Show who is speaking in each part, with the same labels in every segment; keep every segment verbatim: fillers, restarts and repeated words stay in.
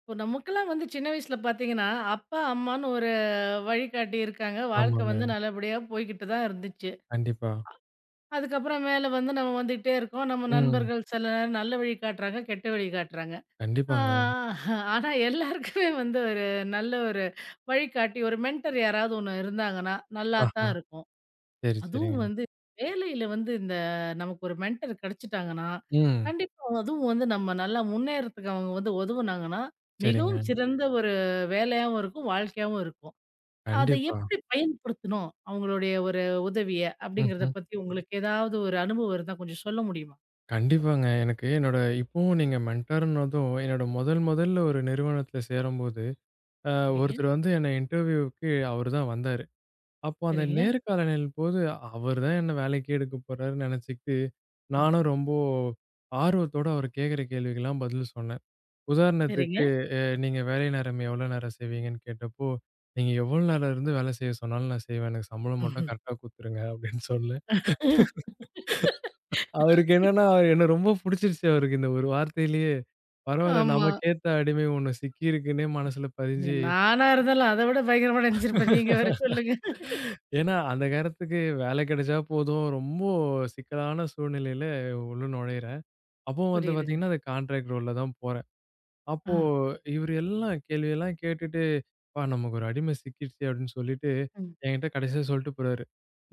Speaker 1: இப்போ நமக்கெல்லாம் வந்து சின்ன வயசுல பார்த்தீங்கன்னா, அப்பா, அம்மான்னு ஒரு வழிகாட்டி இருக்காங்க. வாழ்க்கை
Speaker 2: ஆமாங்க.
Speaker 1: வந்து நல்லபடியா போய்க்கிட்டு தான் இருந்துச்சு.
Speaker 2: கண்டிப்பா.
Speaker 1: அதுக்கப்புறம் மேல வந்து நம்ம வந்துகிட்டே இருக்கோம். நம்ம
Speaker 2: ம்.
Speaker 1: நண்பர்கள் சில நேரம் நல்ல வழி காட்டுறாங்க, கெட்ட வழி காட்டுறாங்க. ஆ.
Speaker 2: கண்டிப்பாங்க.
Speaker 1: ஆனா எல்லாருக்குமே வந்து ஒரு நல்ல ஒரு வழிகாட்டி, ஒரு மென்டர் யாராவது ஒண்ணு இருந்தாங்கன்னா நல்லா
Speaker 2: ஆஹா.
Speaker 1: தான் இருக்கும்.
Speaker 2: சரி, சரிங்க.
Speaker 1: அதுவும் வந்து வேலையில வந்து இந்த நமக்கு ஒரு மென்டர் கிடைச்சிட்டாங்கன்னா,
Speaker 2: ம்.
Speaker 1: கண்டிப்பா அதுவும் வந்து நம்ம நல்லா முன்னேறதுக்கு அவங்க வந்து உதவுனாங்கன்னா, மிகவும்
Speaker 2: சரிங்க.
Speaker 1: சிறந்த ஒரு வேலையாவும் இருக்கும், வாழ்க்கையாவும் இருக்கும். அத
Speaker 2: கண்டிப்பா.
Speaker 1: எப்படி பயன்படுத்தணும்? அவங்களுடைய ஒரு உதவிய அப்படிங்கிறத
Speaker 2: ம்ஹ்ம்.
Speaker 1: பத்தி உங்களுக்கு ஏதாவது ஒரு அனுபவம் இருந்தா கொஞ்சம் சொல்ல முடியுமா?
Speaker 2: கண்டிப்பாங்க. எனக்கு என்னோட இப்பவும் நீங்க மென்டார்ன்னதும் என்னோட முதல் முதல்ல ஒரு நிறுவனத்தில சேரும்போது, அ
Speaker 1: சரிங்க,
Speaker 2: ஒருத்தர் வந்து என்ன இன்டர்வியூவுக்கு அவரு தான் வந்தாரு. அப்போ அந்த
Speaker 1: சரிங்க,
Speaker 2: நேர்காணலின் போது அவர் தான் என்ன வேலைக்கு எடுக்க போறாருன்னு நினச்சுக்கிட்டு,
Speaker 1: ம்,
Speaker 2: நானும் ரொம்ப ஆர்வத்தோட அவரு கேட்கிற கேள்விக்கெல்லாம் பதில் சொன்னேன்.
Speaker 1: சரிங்க.
Speaker 2: உதாரணத்துக்கு, அ நீங்க வேலை நேரம் எவ்வளோ நேரம் செய்வீங்கன்னு கேட்டப்போ, "நீங்க எவ்வளோ நேரம் இருந்து வேலை செய்ய சொன்னாலும் நான் செய்வேன். எனக்கு சம்பளம் மட்டும் கரெக்ட்டா குடுத்துருங்க" அப்படின்னு சொன்னேன். அவருக்கு என்னன்னா, அவர் என்ன ரொம்ப புடிச்சிருச்சு அவருக்கு இந்த ஒரு வார்த்தையிலேயே. பரவால்ல
Speaker 1: ஆமா.
Speaker 2: நமக்கேத்த அடிமை ஒண்ணு சிக்கியிருக்குன்னே மனசுல பதிஞ்சு.
Speaker 1: நானா இருந்தாலும் அத விட பயங்கரமா நெனச்சிருப்பேன். நீங்க வேற சொல்லுங்க.
Speaker 2: ஏன்னா, அந்த காலத்துக்கு வேலை கிடைச்சா போதும், ரொம்ப சிக்கலான சூழ்நிலையில உள்ள நுழையிறேன். அப்பவும் வந்து
Speaker 1: புரியுதுங்க.
Speaker 2: பார்த்தீங்கன்னா, அது கான்ட்ராக்ட் ரோல்ல தான் போறேன். அப்போ
Speaker 1: ஆ.
Speaker 2: இவரு எல்லாம் கேள்வியெல்லாம் கேட்டுட்டு, "அப்பா நமக்கு ஒரு அடிமை சிக்கிடுச்சு" அப்படின்னு சொல்லிட்டு,
Speaker 1: ம்.
Speaker 2: என்கிட்ட கடைசியா சொல்லிட்டு போறாரு.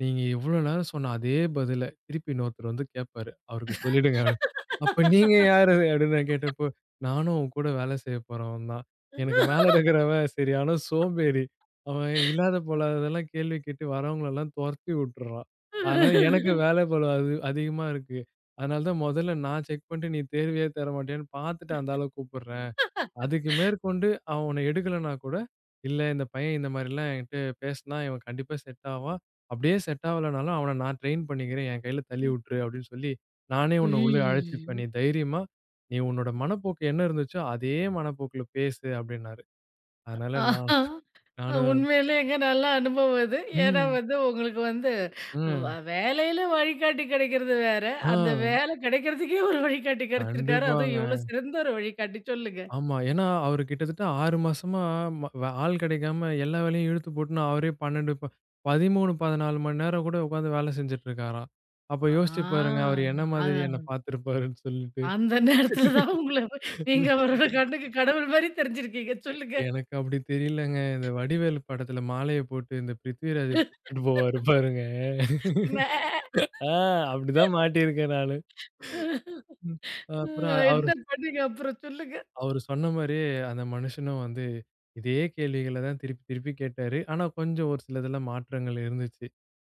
Speaker 2: "நீங்க இவ்வளோ நேரம் சொன்ன அதே பதில, திருப்பி இன்னொருத்தர் வந்து கேட்பாரு. அவருக்கு சொல்லிடுங்க" அப்படின்னு. "அப்ப நீங்க யாரு?" அப்படின்னு நான் கேட்டப்போ, "நானும் உன் கூட வேலை செய்ய போறவன் தான். எனக்கு மேல இருக்கிறவன் சரியான சோம்பேறி. அவன் இல்லாத பொல்லாததெல்லாம் கேள்வி கேட்டு வரவங்களெல்லாம் தொரத்தி விட்டுறான். அதனால எனக்கு வேலை பளு அது அதிகமா இருக்கு. அதனால தான் முதல்ல நான் செக் பண்ணிட்டு, நீ தேர்வையே தர மாட்டியான்னு பார்த்துட்டு அந்த ஆள கூப்பிடுறேன். அதுக்கு மேற்கொண்டு அவன எடுக்கலன்னா கூட, இல்ல இந்த பையன் இந்த மாரிலாம் என்கிட்ட பேசினா, இவன் கண்டிப்பா செட் ஆவான். அப்படியே செட் ஆவலனாலும் அவன நான் ட்ரெயின் பண்ணிக்கிறேன். என் கையில தள்ளி விட்டுரு" அப்படின்னு சொல்லி, "நானே உன்ன உள்ள அழைச்சுப்பேன். நீ
Speaker 1: ம்.
Speaker 2: தைரியமா நீ உன்னோட மனப்போக்கு என்ன இருந்துச்சோ, அதே மனப்போக்குல பேசு" அப்படின்னாரு. அதனால நான்
Speaker 1: ஆஹா!
Speaker 2: நானும்
Speaker 1: உண்மையிலேங்க நல்ல அனுபவம் இது. ஏன்னா
Speaker 2: ம்,
Speaker 1: வந்து உங்களுக்கு வந்து வ
Speaker 2: ம்.
Speaker 1: வேலையில வழிகாட்டி கிடைக்கிறது வேற.
Speaker 2: ஆ,
Speaker 1: அந்த வேலை கிடைக்கிறதுக்கே ஒரு வழிகாட்டி கிடைச்சிருக்காரு. அதுவும்
Speaker 2: கண்டிப்பாங்க.
Speaker 1: இவ்வளோ சிறந்த ஒரு வழிகாட்டி சொல்லுங்க.
Speaker 2: ஆமா. ஏன்னா, அவரு கிட்டத்தட்ட ஆறு மாசமா ம வ ஆள் கிடைக்காம எல்லா வேலையும் இழுத்து போட்டுன்னு அவரே பனிரண்டு ப பதிமூன்று, பதினான்கு மணி நேரம் கூட உட்காந்து வேலை செஞ்சுட்டு இருக்காராம். அப்ப யோசிச்சு பாருங்க,
Speaker 1: ஆ.
Speaker 2: அவரு என்ன மாதிரி என்ன
Speaker 1: அதான்.
Speaker 2: பார்த்திருப்பாருன்னு சொல்லிட்டு.
Speaker 1: அந்த நேரத்துல தான் உங்கள நீங்க அவரோட கண்ணுக்கு கடவுள் மாரி தெரிஞ்சிருக்கீங்க. சொல்லுங்க.
Speaker 2: எனக்கு அப்படி தெரியலங்க. இந்த வடிவேலு படத்துல மாலைய போட்டு இந்த பிருத்விராஜ் கூட்டிட்டு போவாரு பாருங்க.
Speaker 1: மே
Speaker 2: ஆ, அப்படிதான் மாட்டியிருக்கேன் நானு. ம். அப்புறம் அவரு
Speaker 1: என்ன பண்ணீங்க அப்புறம் சொல்லுங்க?
Speaker 2: அவரு சொன்ன மாரியே அந்த மனுஷனும் வந்து இதே கேள்விகள தான் திருப்பி திருப்பி கேட்டாரு. ஆனா கொஞ்சம் ஒரு சிலதுல மாற்றங்கள் இருந்துச்சு.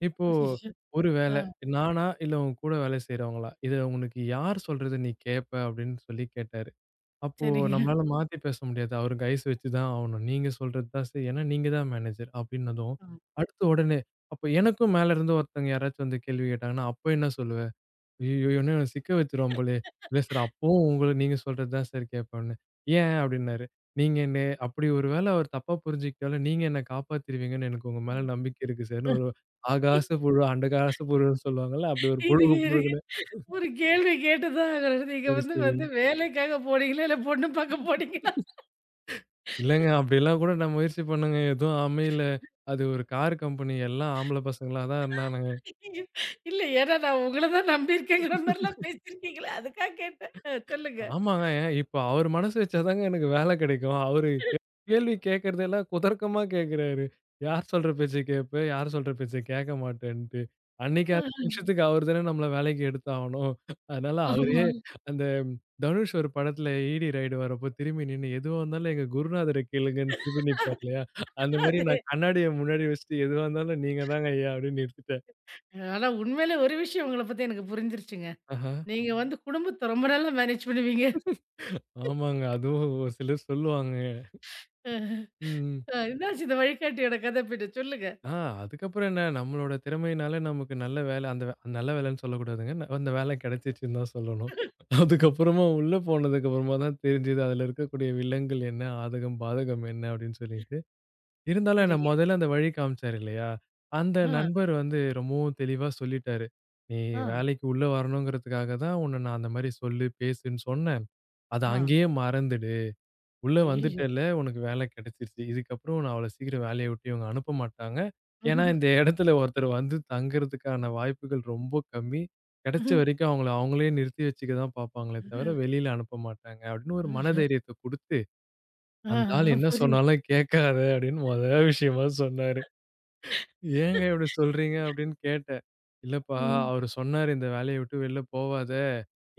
Speaker 2: இப்போ
Speaker 1: ஐயய்யோ!
Speaker 2: ஒரு வேள
Speaker 1: ஆ.
Speaker 2: நானா இல்ல உங்க கூட வேலை செய்றவங்களா? இத உனக்கு யார் சொல்றது நீ கேட்ப அப்படின்னு சொல்லி கேட்டாரு. அப்போ
Speaker 1: சரிங்க.
Speaker 2: நம்மளால மாத்தி பேச முடியாது. அவரு கைஸ் வச்சு தான் ஆவணும். நீங்க சொல்றது தான் சரி. ஏன்னா நீங்க தான் மேனேஜர் அப்படின்னதும்,
Speaker 1: ஆ.
Speaker 2: அடுத்து உடனே அப்ப எனக்கும் மேல இருந்து ஒருத்தவங்க யாராச்சும் வந்து கேள்வி கேட்டாங்கன்னா, அப்ப என்ன சொல்லுவ? ஐயய்யோ! என்ன சிக்க வச்சுருவான் போலயே! "இல்ல சார், அப்பவும் உங்கள நீங்க சொல்றது தான் சார் கேட்பேன்னே." "ஏன்?" அப்டின்னாரு. "நீங்க என்ன, அப்படி ஒரு வேள அவர் தப்பா புரிஞ்சுக்கிட்டாலும், நீங்க என்ன காப்பாத்திருவீங்கன்னு எனக்கு உங்க மேல நம்பிக்கை இருக்கு சார்ன்னு" ஒரு
Speaker 1: அ.
Speaker 2: ஆகாச புழு, அண்டகாச புழுன்னு சொல்லுவாங்கல்ல, அப்படி ஒரு
Speaker 1: இருங்க,
Speaker 2: புழுகு
Speaker 1: இருங்க.
Speaker 2: புழுகுனேன்.
Speaker 1: ஒரு கேள்வி கேட்டு தான் ஆகணும். நீங்க
Speaker 2: சரி,
Speaker 1: வந்து
Speaker 2: சரி.
Speaker 1: வந்து வேலைக்காக போனீங்களா? இல்ல பொண்ணு பார்க்க போனீங்களா?
Speaker 2: இல்லங்க அப்படிலாம் கூட நான் முயற்சி பண்ணேங்க. எதுவும் அமையல. அது ஒரு கார் கம்பெனி. எல்லாம் ஆம்பள பசங்களா தான் இருந்தானுங்க.
Speaker 1: இல்ல, ஏன்னா நான் உங்கள தான் நம்பியிருக்கேங்கிற மாரிலாம் பேசியிருக்கீங்களே! அதுக்காக கேட்டேன். அ, சொல்லுங்க.
Speaker 2: ஆமாங்க. ஏன் இப்ப அவரு மனசு வச்சா தாங்க எனக்கு வேலை கிடைக்கும். அவரு கே கேள்வி கேட்கிறதெல்லாம் குதர்க்கமா கேட்கிறாரு. யார் சொல்ற பேச்ச கேட்ப? யார் சொல்ற பேச்ச கேட்க மாட்டேன்ட்டு. அன்னைக்கு
Speaker 1: அ.
Speaker 2: அந்த நிமிஷத்துக்கு அவரு தானே நம்மள வேலைக்கு எடுத்தாவணும். அதனால அவரே
Speaker 1: ஆமா.
Speaker 2: அந்த தனுஷ் ஒரு படத்துல ஈடி ரைடு வரப்போ திரும்பி நின்னு, "எதுவா இருந்தாலும் எங்க குருநாதர கேளுங்கன்னு" திரும்பி நிப்பாரு இல்லையா? அந்த மாரி
Speaker 1: அது
Speaker 2: நான் கண்ணாடிய முன்னாடி வச்சுட்டு, "எதுவா இருந்தாலும் நீங்க தாங்க ஐயா" அப்படின்னு நிறுத்திட்டேன்.
Speaker 1: ஆனா, உண்மையிலே ஒரு விஷயம் உங்கள பத்தி எனக்கு புரிஞ்சிருச்சுங்க.
Speaker 2: ஆஹா!
Speaker 1: நீங்க வந்து குடும்பத்த ரொம்ப நல்லா மேனேஜ் பண்ணுவீங்க.
Speaker 2: ஆமாங்க. அதுவும் ஒரு சிலர் சொல்லுவாங்க. ம்.
Speaker 1: அ, என்னாச்சு இந்த வழிகாட்டியோட கதை பின்ன சொல்லுங்க.
Speaker 2: ஆ அதுக்கப்புறம் என்ன நம்மளோட திறமையினால நமக்கு நல்ல வேலை அந்த வே நல்ல வேலைன்னு சொல்லக்கூடாதுங்க. ந- அந்த வேலை கிடைச்சிச்சுன்னு தான் சொல்லணும். அதுக்கப்புறமா உள்ள போனதுக்கு அப்புறமா தான் தெரிஞ்சது அதுல இருக்கக்கூடிய வில்லங்கள் என்ன? ஆதகம், பாதகம் என்ன? அப்படின்னு சொல்லிட்டு. இருந்தாலும் என்ன
Speaker 1: சரிங்க.
Speaker 2: முதல்ல அந்த வழி காமிச்சாரு இல்லையா? அந்த
Speaker 1: ஆ,
Speaker 2: நண்பர் வந்து ரொம்பவும் தெளிவா சொல்லிட்டாரு. "நீ
Speaker 1: ஆ,
Speaker 2: வேலைக்கு உள்ள வரணுங்கிறதுக்காக தான் உன்ன நான் அந்த மாரி சொல்லு, பேசுன்னு சொன்னேன். அத
Speaker 1: ஆ.
Speaker 2: அங்கேயே மறந்துடு. உள்ள
Speaker 1: ஐய்யயோ!
Speaker 2: வந்துட்டல்ல, உனக்கு வேலை கிடைச்சிருச்சு. இதுக்கப்புறம் நான் அவ்வளோ சீக்கிரம் வேலைய விட்டு இவங்க அனுப்ப மாட்டாங்க. ஏன்னா, இந்த இடத்துல ஒருத்தர் வந்து தங்குறதுக்கான வாய்ப்புகள் ரொம்ப கம்மி. கிடைச்ச வரைக்கும் அவங்கள அவங்களே நிறுத்தி வச்சுக்க தான் பார்ப்பாங்களே தவிர, வெளியில அனுப்ப மாட்டாங்க" அப்படின்னு ஒரு மனதைரியத்த குடுத்து, "அந்த ஆள்
Speaker 1: ஆஹா,
Speaker 2: என்ன
Speaker 1: புரியுது.
Speaker 2: சொன்னாலும் கேட்காத" அப்படின்னு மொத விஷயமா சொன்னாரு.
Speaker 1: ம்.
Speaker 2: "ஏங்க இப்படி சொல்றீங்க?" அப்படின்னு கேட்டேன். "இல்லப்பா, அவரு சொன்னாரு, இந்த வேலைய விட்டு வெளில போவாத.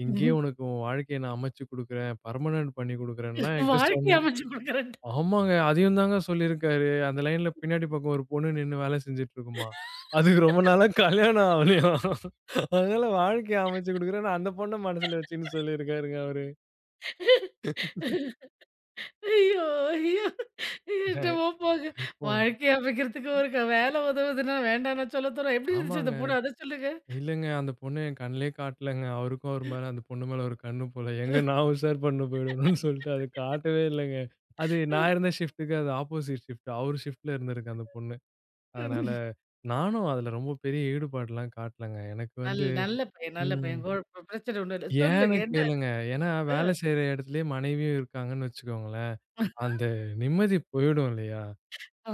Speaker 2: இங்கேயே
Speaker 1: ம்.
Speaker 2: உனக்கு உன் வாழ்க்கைய நான் அமைச்சு குடுக்குறேன். பெர்மனன்ட் பண்ணி குடுக்குறேன்லாம்" என்கிட்ட
Speaker 1: வாழ்க்கைய
Speaker 2: சொன்னாரு.
Speaker 1: அமைச்சு குடுக்குறேன்ட்டு.
Speaker 2: ஆமாங்க. அதையும் தாங்க சொல்லியிருக்காரு. அந்த லைன்ல பின்னாடி பக்கம் ஒரு பொண்ணு நின்னு வேலை செஞ்சுட்டு இருக்குமாம். அதுக்கு ரொம்ப நாளா கல்யாணம் ஆவலையாம். அதனால வாழ்க்கைய அமைச்சு குடுக்குறேன்னு அந்த பொண்ண மனசுல வச்சுன்னு சொல்லியிருக்காருங்க அவரு.
Speaker 1: ஐயோ! ஐயோ! என்னமோ
Speaker 2: அஹ்
Speaker 1: போங்க.
Speaker 2: இப்போ
Speaker 1: வாழ்க்கைய அமைக்கிறதுக்கு ஒரு க வேல உதவுதுன்னா வேண்டாம்னா சொல்ல தோணும். எப்படி இருந்துச்சு
Speaker 2: ஆமாங்க.
Speaker 1: இந்த படம்? அத சொல்லுங்க.
Speaker 2: இல்லங்க அந்த பொண்ணு என் கண்லயே காட்டலங்க. அவருக்கும் அவர் மேல அந்த பொண்ணு மேல ஒரு கண்ணு போல. எங்க நான் உஷார் பண்ண போயிடணும்னு சொல்லிட்டு அது காட்டவே இல்லங்க. அது நான் இருந்த ஷிஃப்ட்டுக்கு அது ஆப்போசிட் ஷிஃப்ட். அவரு ஷிஃப்ட்ல இருந்திருக்கு அந்த பொண்ணு. அதனால நானும் அதுல ரொம்ப பெரிய ஈடுபாடுலாம் காட்டலங்க. எனக்கு
Speaker 1: நல்
Speaker 2: வந்து
Speaker 1: நல்ல பையன், நல்ல
Speaker 2: ம்.
Speaker 1: பையன். கொ பிரச்சனை ஒண்ணும் இல்ல.
Speaker 2: ஏன்னு
Speaker 1: சொல்லுங்க, என்ன
Speaker 2: கேளுங்க.
Speaker 1: ஆச்சு?
Speaker 2: ஏன்னா, வேலை செய்ற இடத்திலேயே மனைவியும் இருக்காங்கன்னு வச்சுக்கோங்களேன். அந்த நிம்மதி போயிடும் இல்லையா?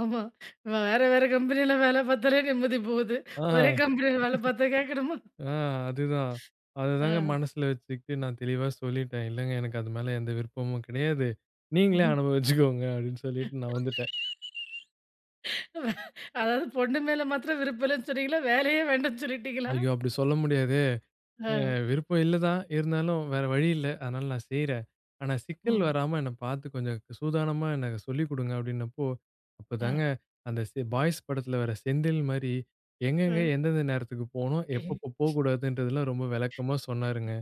Speaker 1: ஆமா. இவன் வேற வேற கம்பெனில வேல பார்த்தாலே நிம்மதி போகுது. ஒரே
Speaker 2: ஆ,
Speaker 1: கம்பெனில வேல பார்த்தா கேட்கணுமா?
Speaker 2: ஆ, அதுதான். அததாங்க
Speaker 1: ஆ.
Speaker 2: மனசுல வச்சுக்கிட்டு நான் தெளிவா சொல்லிட்டேன். இல்லங்க எனக்கு அது மேல எந்த விருப்பமும் கிடையாது. நீங்களே
Speaker 1: ம்.
Speaker 2: அனுபவிச்சுக்கோங்க அப்படின்னு சொல்லிட்டு நான் வந்துட்டேன்.
Speaker 1: அதாவது பொண்ணு மேல மாத்திரம் விருப்பம் இல்லன்னு சொன்னீங்களா? வேலையே வேண்டான்னு சொல்லிட்டீங்களா?
Speaker 2: ஐயோ! அப்படி சொல்ல முடியாது.
Speaker 1: ஆ.
Speaker 2: அ விருப்பம் இல்ல தான். இருந்தாலும் வேற வழி இல்ல. அதனால நான் செய்றேன். ஆனா சிக்கல்
Speaker 1: ம்.
Speaker 2: வராம என்ன பார்த்து கொஞ்சம் சூதானமா எனக்கு சொல்லிக் குடுங்க அப்டின்னப்போ,
Speaker 1: ஆ.
Speaker 2: அப்பதாங்க அந்த செ பாய்ஸ் படத்துல வர செந்தில் மாரி
Speaker 1: ஆ.
Speaker 2: எங்கெங்க, எந்தெந்த நேரத்துக்கு போணும், எப்பப்போ போக்கூடாதுன்றதெல்லாம் ரொம்ப விளக்கமா சொன்னாருங்க.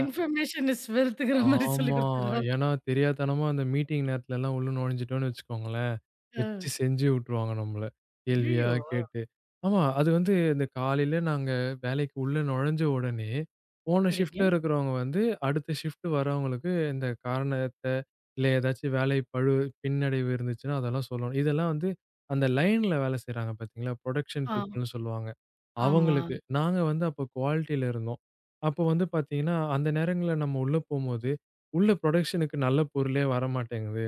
Speaker 1: இன்ஃபர்மேஷன் இஸ் வெல்த்ங்கிற மாரி சொல்லிக்
Speaker 2: ஆமா.
Speaker 1: குடுத்தாரா?
Speaker 2: ஏன்னா தெரியாத்தனமா அந்த மீட்டிங் நேரத்துலலாம் உள்ள நுழைஞ்சுட்டோம்னு வச்சுக்கோங்களேன்,
Speaker 1: ஆ.
Speaker 2: வச்சு செஞ்சு விட்டுருவாங்க நம்மள. கேள்வியா
Speaker 1: ஐய்யய்யோ!
Speaker 2: கேட்டு. ஆமா. அது வந்து இந்த காலையில நாங்க வேலைக்கு உள்ள நுழைஞ்ச உடனே, போன
Speaker 1: சரிங்க.
Speaker 2: ஷிஃப்ட்ல இருக்கிறவங்க வந்து அடுத்த ஷிஃப்ட் வரவங்களுக்கு இந்த காரணத்த, இல்ல ஏதாச்சும் வேலை பழு பின்னடைவு இருந்துச்சுன்னா அதெல்லாம் சொல்லணும். இதெல்லாம் வந்து அந்த லைன்ல வேலை செய்றாங்க பார்த்தீங்களா? புரொடக்ஷன்
Speaker 1: ஆ.
Speaker 2: பீப்பிள்ன்னு சொல்லுவாங்க.
Speaker 1: ஆமா.
Speaker 2: அவங்களுக்கு. நாங்க வந்து அப்போ குவாலிட்டில இருந்தோம். அப்போ வந்து பார்த்தீங்கன்னா, அந்த நேரங்கள்ல நம்ம உள்ள போம்போது உள்ள புரொடக்ஷனுக்கு நல்ல பொருளே வரமாட்டேங்குது.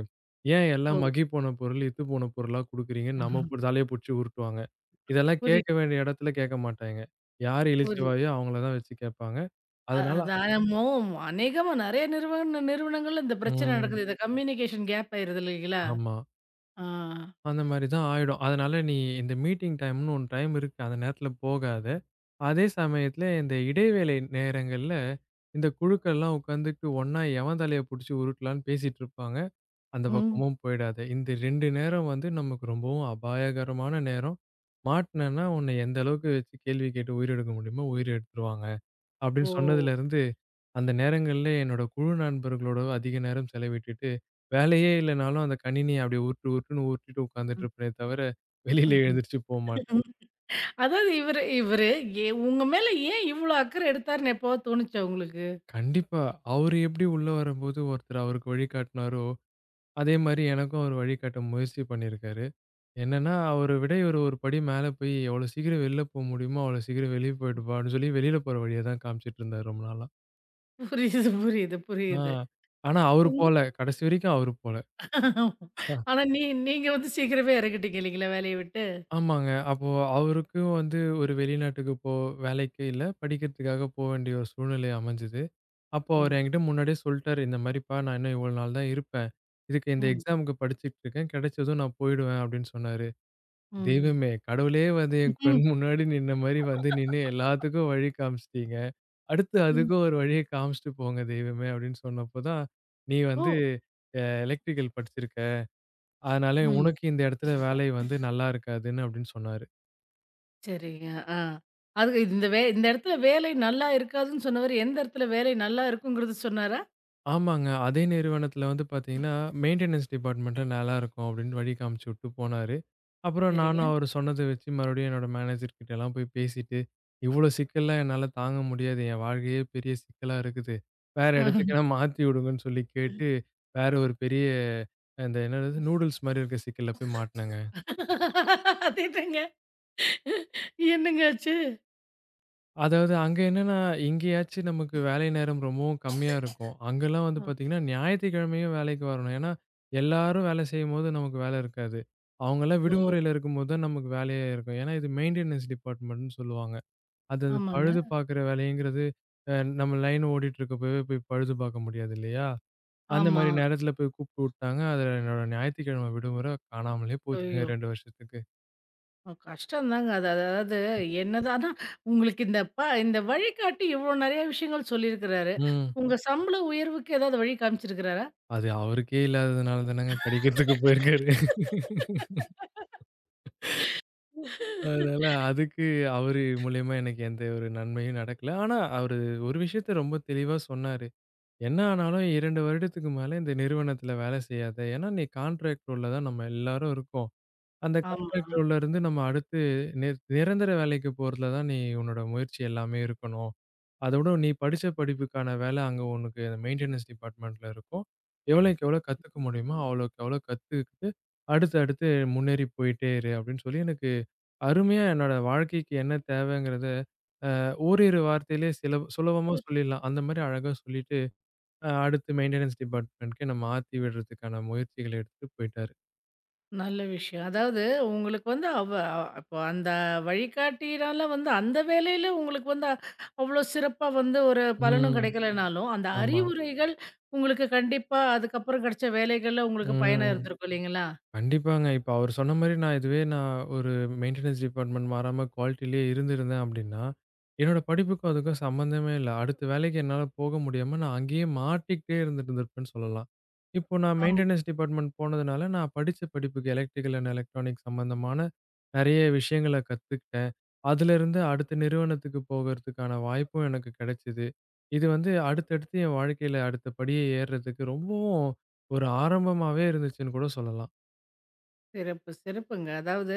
Speaker 2: ஏன்
Speaker 1: ஓ!
Speaker 2: எல்லாம் மக்கி போன பொருள், இத்து போன பொருளா குடுக்குறீங்கன்னு
Speaker 1: ஆஹா.
Speaker 2: நம்ம பு தலைய புடிச்சு உருட்டுவாங்க. இதெல்லாம் கேட்க
Speaker 1: புரியுது,
Speaker 2: வேண்டிய இடத்துல கேட்க மாட்டாய்ங்க. யார்
Speaker 1: புரியுது.
Speaker 2: இளிச்சவாயோ அவங்கள தான் வச்சு கேட்பாங்க.
Speaker 1: அ.
Speaker 2: அதனால
Speaker 1: அதான். மோ அநேகமா நெறைய நிறுவன நிறுவனங்கள்ல இந்த பிரச்சனை
Speaker 2: ம்.
Speaker 1: நடக்குது. இந்த கம்யூனிகேஷன் கேப் ஆயிருது இல்லைங்களா?
Speaker 2: ஆமா.
Speaker 1: ஆ.
Speaker 2: அந்த மாரி தான் ஆயிடும். அதனால நீ இந்த மீட்டிங் டைம்ன்னு ஒண்ணு டைம் இருக்கு. அந்த நேரத்துல போகாத. அதே சமயத்துல இந்த இடைவேளை நேரங்கள்ல இந்த குழுக்கள்லாம் உட்காந்துட்டு ஒண்ணா எவன் தலைய புடிச்சு உருட்டலான்னு பேசிட்டு இருப்பாங்க. அந்த
Speaker 1: ம்.
Speaker 2: பக்கமும் போயிடாத. இந்த ரெண்டு நேரம் வந்து நமக்கு ரொம்பவும் அபாயகரமான நேரம். மாட்டுனேன்னா உன்னை எந்த அளவுக்கு வச்சு கேள்வி கேட்டு உயிர் எடுக்க முடியுமோ உயிர் எடுத்துருவாங்க. அப்படின்னு
Speaker 1: ஓ!
Speaker 2: சொன்னதுலருந்து, அந்த நேரங்கள்ல என்னோட குழு நண்பர்களோட அதிக நேரம் செலவிட்டுட்டு, வேலையே இல்லனாலும் அந்த கணினிய அப்படியே உருட்டு உருட்டுன்னு உருட்டிட்டு உட்கார்ந்துட்டு
Speaker 1: ம்,
Speaker 2: இருப்பேனே தவிர, வெளியில
Speaker 1: ம், ம்.
Speaker 2: எழுந்திரிச்சு போமாட்டேன்.
Speaker 1: அதாவது இவரு இவரு எ உங்க மேல ஏன் இவ்ளோ அக்கறை எடுத்தாருன்னு எப்போவாது தோணுச்சா உங்களுக்கு?
Speaker 2: கண்டிப்பா. அவரு எப்படி உள்ள வரும்போது ஒருத்தர் அவருக்கு வழிகாட்டுனாரோ, அதே மாரி எனக்கும் அவரு வழிகாட்ட முயற்சி பண்ணியிருக்காரு. என்னன்னா, அவர விட இவரு ஒரு படி மேல போய், எவ்வளோ சீக்கிரம் வெளில போ முடியுமோ, அவ்வளோ சீக்கிரம் வெளிய போயிடுப்பான்னு சொல்லி, வெளில போற வழிய தான் காமிச்சிட்டு இருந்தாரு ரொம்ப நாளா.
Speaker 1: புரியுது, புரியுது,
Speaker 2: ஆ,
Speaker 1: புரியுது.
Speaker 2: ஆனா அவரு
Speaker 1: ம்.
Speaker 2: போல. கடைசி வரைக்கும் அவரு போல.
Speaker 1: ஆனா, நீ நீங்க வந்து சீக்கிரமே இறங்கிட்டீங்க இல்லைங்களா வேலைய விட்டு?
Speaker 2: ஆமாங்க. அப்போ அவருக்கும் வந்து ஒரு வெளிநாட்டுக்கு போ வேலைக்கு இல்ல, படிக்கிறதுக்காக போ வேண்டிய ஒரு சூழ்நிலை அமைஞ்சது. அப்போ அவரு
Speaker 1: ம்,
Speaker 2: என்கிட்ட முன்னாடியே சொல்ட்டாரு, "இந்த மாரிப்பா நான் இன்னும் இவ்வளோ நாள் தான் இருப்பேன். இதுக்கு இந்த
Speaker 1: ம்,
Speaker 2: எக்ஸாமுக்கு படிச்சுட்டு இருக்கேன். கிடைச்சதும் நான் போயிடுவேன்" அப்படின்னு சொன்னாரு.
Speaker 1: ம்.
Speaker 2: "தெய்வமே! கடவுளே வந்து என் கண்
Speaker 1: ம்,
Speaker 2: முன்னாடி நின்ன மாரி வந்து நின்னு எல்லாத்துக்கும் வழி காமிச்சுட்டீங்க. அடுத்து
Speaker 1: ம்.
Speaker 2: அதுக்கும் ஒரு வழிய காமிச்சுட்டு போங்க தெய்வமே!" அப்படின்னு சொன்னப்போ தான், "நீ வந்து
Speaker 1: ஓ!
Speaker 2: அ எலக்ட்ரிக்கல் படிச்சிருக்க. அதனால
Speaker 1: ம்.
Speaker 2: உனக்கு இந்த இடத்துல வேலை வந்து நல்லா இருக்காதுன்னு" அப்படின்னு சொன்னாரு.
Speaker 1: சரிங்க. ஆ. அது இந்த வே இந்த இடத்துல வேலை நல்லா இருக்காதுன்னு சொன்னவரு, எந்த இடத்துல வேலை நல்லா இருக்குங்கிறது சொன்னாரா?
Speaker 2: ஆமாங்க. அதே நிறுவனத்தில வந்து பார்த்தீங்கன்னா, மெயின்டனன்ஸ் டிபார்ட்மெண்ட்ல நல்லா இருக்கும் அப்படின்னு வழி காமிச்சு விட்டு போனாரு. அப்புறம்
Speaker 1: சரிங்க.
Speaker 2: நானும் அவரு சொன்னத வச்சு மறுபடியும் என்னோட மேனேஜர் கிட்டலாம் போய் பேசிட்டு, "இவ்ளோ சிக்கல்லாம் என்னால தாங்க முடியாது. என் வாழ்க்கையே பெரிய சிக்கலா இருக்குது. வேற
Speaker 1: ஆ.
Speaker 2: இடத்துக்கென்னா மாத்தி விடுங்கன்னு" சொல்லி கேட்டு, வேற ஒரு பெரிய அந்த என்னது நூடுல்ஸ் மாரி இருக்க சிக்கல்ல போய் மாட்டுனேங்க.
Speaker 1: அதேதாங்க. என்னங்க ஆச்சு?
Speaker 2: அதாவது அங்க என்னன்னா, இங்கேயாச்சும் நமக்கு வேலை நேரம் ரொம்பவும் கம்மியா இருக்கும். அங்கலாம் வந்து பார்த்தீங்கன்னா, ஞாயித்துக்கிழமையும் வேலைக்கு வரணும். ஏன்னா, எல்லாரும் வேலை செய்யும்போது நமக்கு வேலை இருக்காது. அவங்கலாம்
Speaker 1: ஓ!
Speaker 2: விடுமுறையில இருக்கும்போது தான் நமக்கு வேலையே இருக்கும். ஏன்னா, இது மெயின்டெனன்ஸ் டிபார்ட்மெண்ட்ன்னு சொல்லுவாங்க. அது அது
Speaker 1: ஆமாங்க.
Speaker 2: பழுது பார்க்குற வேலைங்கிறது, அ நம்ம லைன் ஓடிட்டுருக்கப்பவே போய் பழுது பார்க்க முடியாது இல்லையா? அந்த
Speaker 1: ஆமா.
Speaker 2: மாரி நேரத்தில போய் கூப்பிட்டு விட்டாங்க. அதில என்னோட ஞாயித்துக்கிழமை விடுமுறை காணாமலே போச்சுங்க
Speaker 1: ஐயோ!
Speaker 2: ரெண்டு வருஷத்துக்கு.
Speaker 1: அ, கஷ்டந்தாங்க. அது, அதாவது என்னதான் ஆனா உங்களுக்கு இந்த ப இந்த வழிகாட்டி இவ்ளோ நெறைய விஷயங்கள் சொல்லியிருக்கிறாரு.
Speaker 2: ம்.
Speaker 1: உங்க சம்பள உயர்வுக்கு ஏதாவது வழி காமிச்சிருக்கிறாரா?
Speaker 2: அது அவருக்கே இல்லாததுனால தானங்க படிக்கிறதுக்கு போயிருக்காரு. அதனால அதுக்கு அவரு மூலியமா எனக்கு எந்த ஒரு நன்மையும் நடக்கல. ஆனா, அவரு ஒரு விஷயத்த ரொம்ப தெளிவா சொன்னாரு. "என்ன ஆனாலும் ரெண்டு வருடத்துக்கு மேல இந்த நிறுவனத்துல வேலை செய்யாத. ஏன்னா நீ கான்ட்ராக்ட் ரோல்ல தான் நம்ம எல்லாரும் இருக்கோம். அந்த
Speaker 1: ஆமா.
Speaker 2: கான்ட்ராக்ட் ரோல்ல இருந்து நம்ம அடுத்து நி நிரந்தர வேலைக்கு போறதுல தான் நீ உன்னோட முயற்சி எல்லாமே இருக்கணும். அதோட நீ படிச்ச படிப்புக்கான வேலை அங்க உனக்கு மெயின்டனன்ஸ் டிபார்ட்மெண்ட்ல இருக்கும். எவ்வளோக்கு எவ்வளோ கத்துக்க முடியுமோ, அவ்வளோக்கு அவ்வளோ கத்துக்கிட்டு அடுத்து அடுத்து முன்னேறி போயிட்டே இரு" அப்படின்னு சொல்லி எனக்கு அருமையா என்னோட வாழ்க்கைக்கு என்ன தேவைங்கிறத, ஓரிரு வார்த்தையிலே சில சுலபமா சொல்லிடலாம். அந்த மாரி அழகா சொல்லிட்டு, அ அடுத்து மெயின்டனன்ஸ் டிபார்ட்மென்ட்க்கு என்ன மாத்தி விடுறதுக்கான முயற்சிகள எடுத்துட்டு போயிட்டாரு.
Speaker 1: நல்ல விஷயம். அதாவது உங்களுக்கு வந்து அவ அவ- இப்போ அந்த வழிகாட்டியினால வந்து அந்த வேலையில உங்களுக்கு வந்து அவ்ளோ சிறப்பா வந்து ஒரு பலனும்
Speaker 2: ம்.
Speaker 1: கிடைக்கலனாலும், அந்த
Speaker 2: ஆமா.
Speaker 1: அறிவுரைகள் உங்களுக்கு கண்டிப்பா அதுக்கப்புறம் கிடைச்ச வேலைகள்ல உங்களுக்கு பயனா
Speaker 2: ம்.
Speaker 1: இருந்திருக்கும் இல்லைங்களா?
Speaker 2: கண்டிப்பாங்க. இப்ப அவரு சொன்ன மாரி நான் இதுவே நான் ஒரு மெயின்டனன்ஸ் டிபார்ட்மென்ட் மாறாம குவாலிட்டிலயே இருந்திருந்தேன் அப்படின்னா, என்னோட படிப்புக்கும் அதுக்கும் சம்மந்தமே இல்ல. அடுத்த வேலைக்கு என்னால போக முடியாம நான் அங்கேயே மாட்டிக்கிட்டே இருந்துட்டுருந்திருப்பேன்னு சொல்லலாம். இப்போ நான்
Speaker 1: ஆமா.
Speaker 2: மெயின்டனன்ஸ் டிபார்ட்மென்ட் போனதுனால, நான் படிச்ச படிப்புக்கு எலக்ட்ரிக்கல் அண்ட் எலக்ட்ரானிக் சம்மந்தமான நெறைய விஷயங்கள கத்துக்கிட்டேன். அதிலிருந்து அடுத்த நிறுவனத்துக்கு போகறதுக்கான வாய்ப்பும் எனக்கு கிடைச்சது. இது வந்து அடுத்தடுத்து என் வாழ்க்கையில அடுத்த படிய ஏறுறதுக்கு ரொம்பவும் ஒரு ஆரம்பமாவே இருந்துச்சுன்னு கூட சொல்லலாம்.
Speaker 1: சிறப்பு, சிறப்புங்க. அதாவது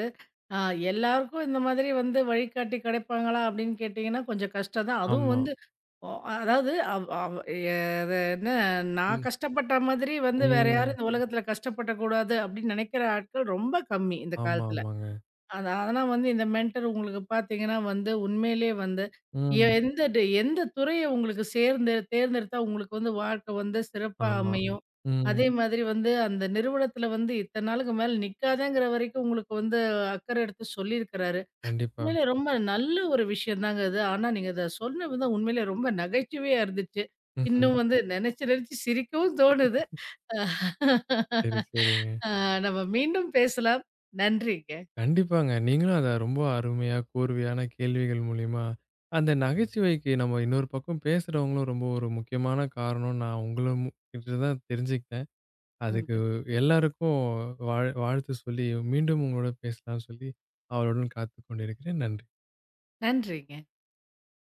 Speaker 1: அ, எல்லாருக்கும் இந்த மாதிரி வந்து வழிகாட்டி கிடைப்பாங்களா அப்படின்னு கேட்டீங்கன்னா, கொஞ்சம் கஷ்டம் தான். அதுவும்
Speaker 2: ஆமா.
Speaker 1: வந்து ஒ அதாவது அவ் அவ் எ அது என்ன நான்
Speaker 2: ம்.
Speaker 1: கஷ்டப்பட்ட மாதிரி வந்து வேற யாரும்
Speaker 2: ம்.
Speaker 1: இந்த உலகத்தில கஷ்டப்படக்கூடாது அப்படின்னு நினைக்கிற ஆட்கள் ரொம்ப கம்மி இந்த
Speaker 2: ஆமா,
Speaker 1: காலத்தில.
Speaker 2: ஆமாங்க.
Speaker 1: அது ஆனா வந்து இந்த மென்டர் உங்களுக்கு பார்த்தீங்கன்னா வந்து உண்மையிலேயே வந்து எ
Speaker 2: ம்.
Speaker 1: எந்த டு எந்த துறைய உங்களுக்கு சேர்ந்து தேர்ந்தெடுத்தா உங்களுக்கு வந்து வாழ்க்கை வந்து சிறப்பா
Speaker 2: ஆமா.
Speaker 1: அமையும்.
Speaker 2: ம்.
Speaker 1: அதே மாதிரி வந்து அந்த நிறுவனத்தில வந்து இத்தன நாளுக்கு மேல நிக்காதேங்கிற வரைக்கும் உங்களுக்கு வந்து அக்கறை எடுத்து சொல்லியிருக்கிறாரு.
Speaker 2: கண்டிப்பா.
Speaker 1: உண்மையிலே ரொம்ப நல்ல ஒரு விஷயம் தாங்க அது. ஆனா நீங்க அத சொன்ன விதம் உண்மையிலே ரொம்ப நகைச்சுவையா இருந்துச்சு.
Speaker 2: ம்ஹ்ம்.
Speaker 1: இன்னும் வந்து நெனச்சு நெனச்சு சிரிக்கவும் தோணுது. அ.
Speaker 2: சரி, சரிங்க.
Speaker 1: நம்ம மீண்டும் பேசலாம். நன்றிங்க.
Speaker 2: கண்டிப்பாங்க. நீங்களும் அத ரொம்ப அருமையா, கூர்வையான கேள்விகள் மூலியமா, அந்த நகைச்சுவைக்கு நம்ம இன்னொரு பக்கம் பேசுறவங்களும் ரொம்ப ஒரு முக்கியமான காரணம்னு நான் உங்கள மு கிட்ட தான் தெரிஞ்சுக்கிட்டேன். அதுக்கு
Speaker 1: நன்றி.
Speaker 2: எல்லாருக்கும் வாழ் வாழ்த்து சொல்லி, மீண்டும் உங்களோட பேசலாம்னு சொல்லி, ஆவலுடன் காத்துக் கொண்டிருக்கிறேன். நன்றி.
Speaker 1: நன்றிங்க.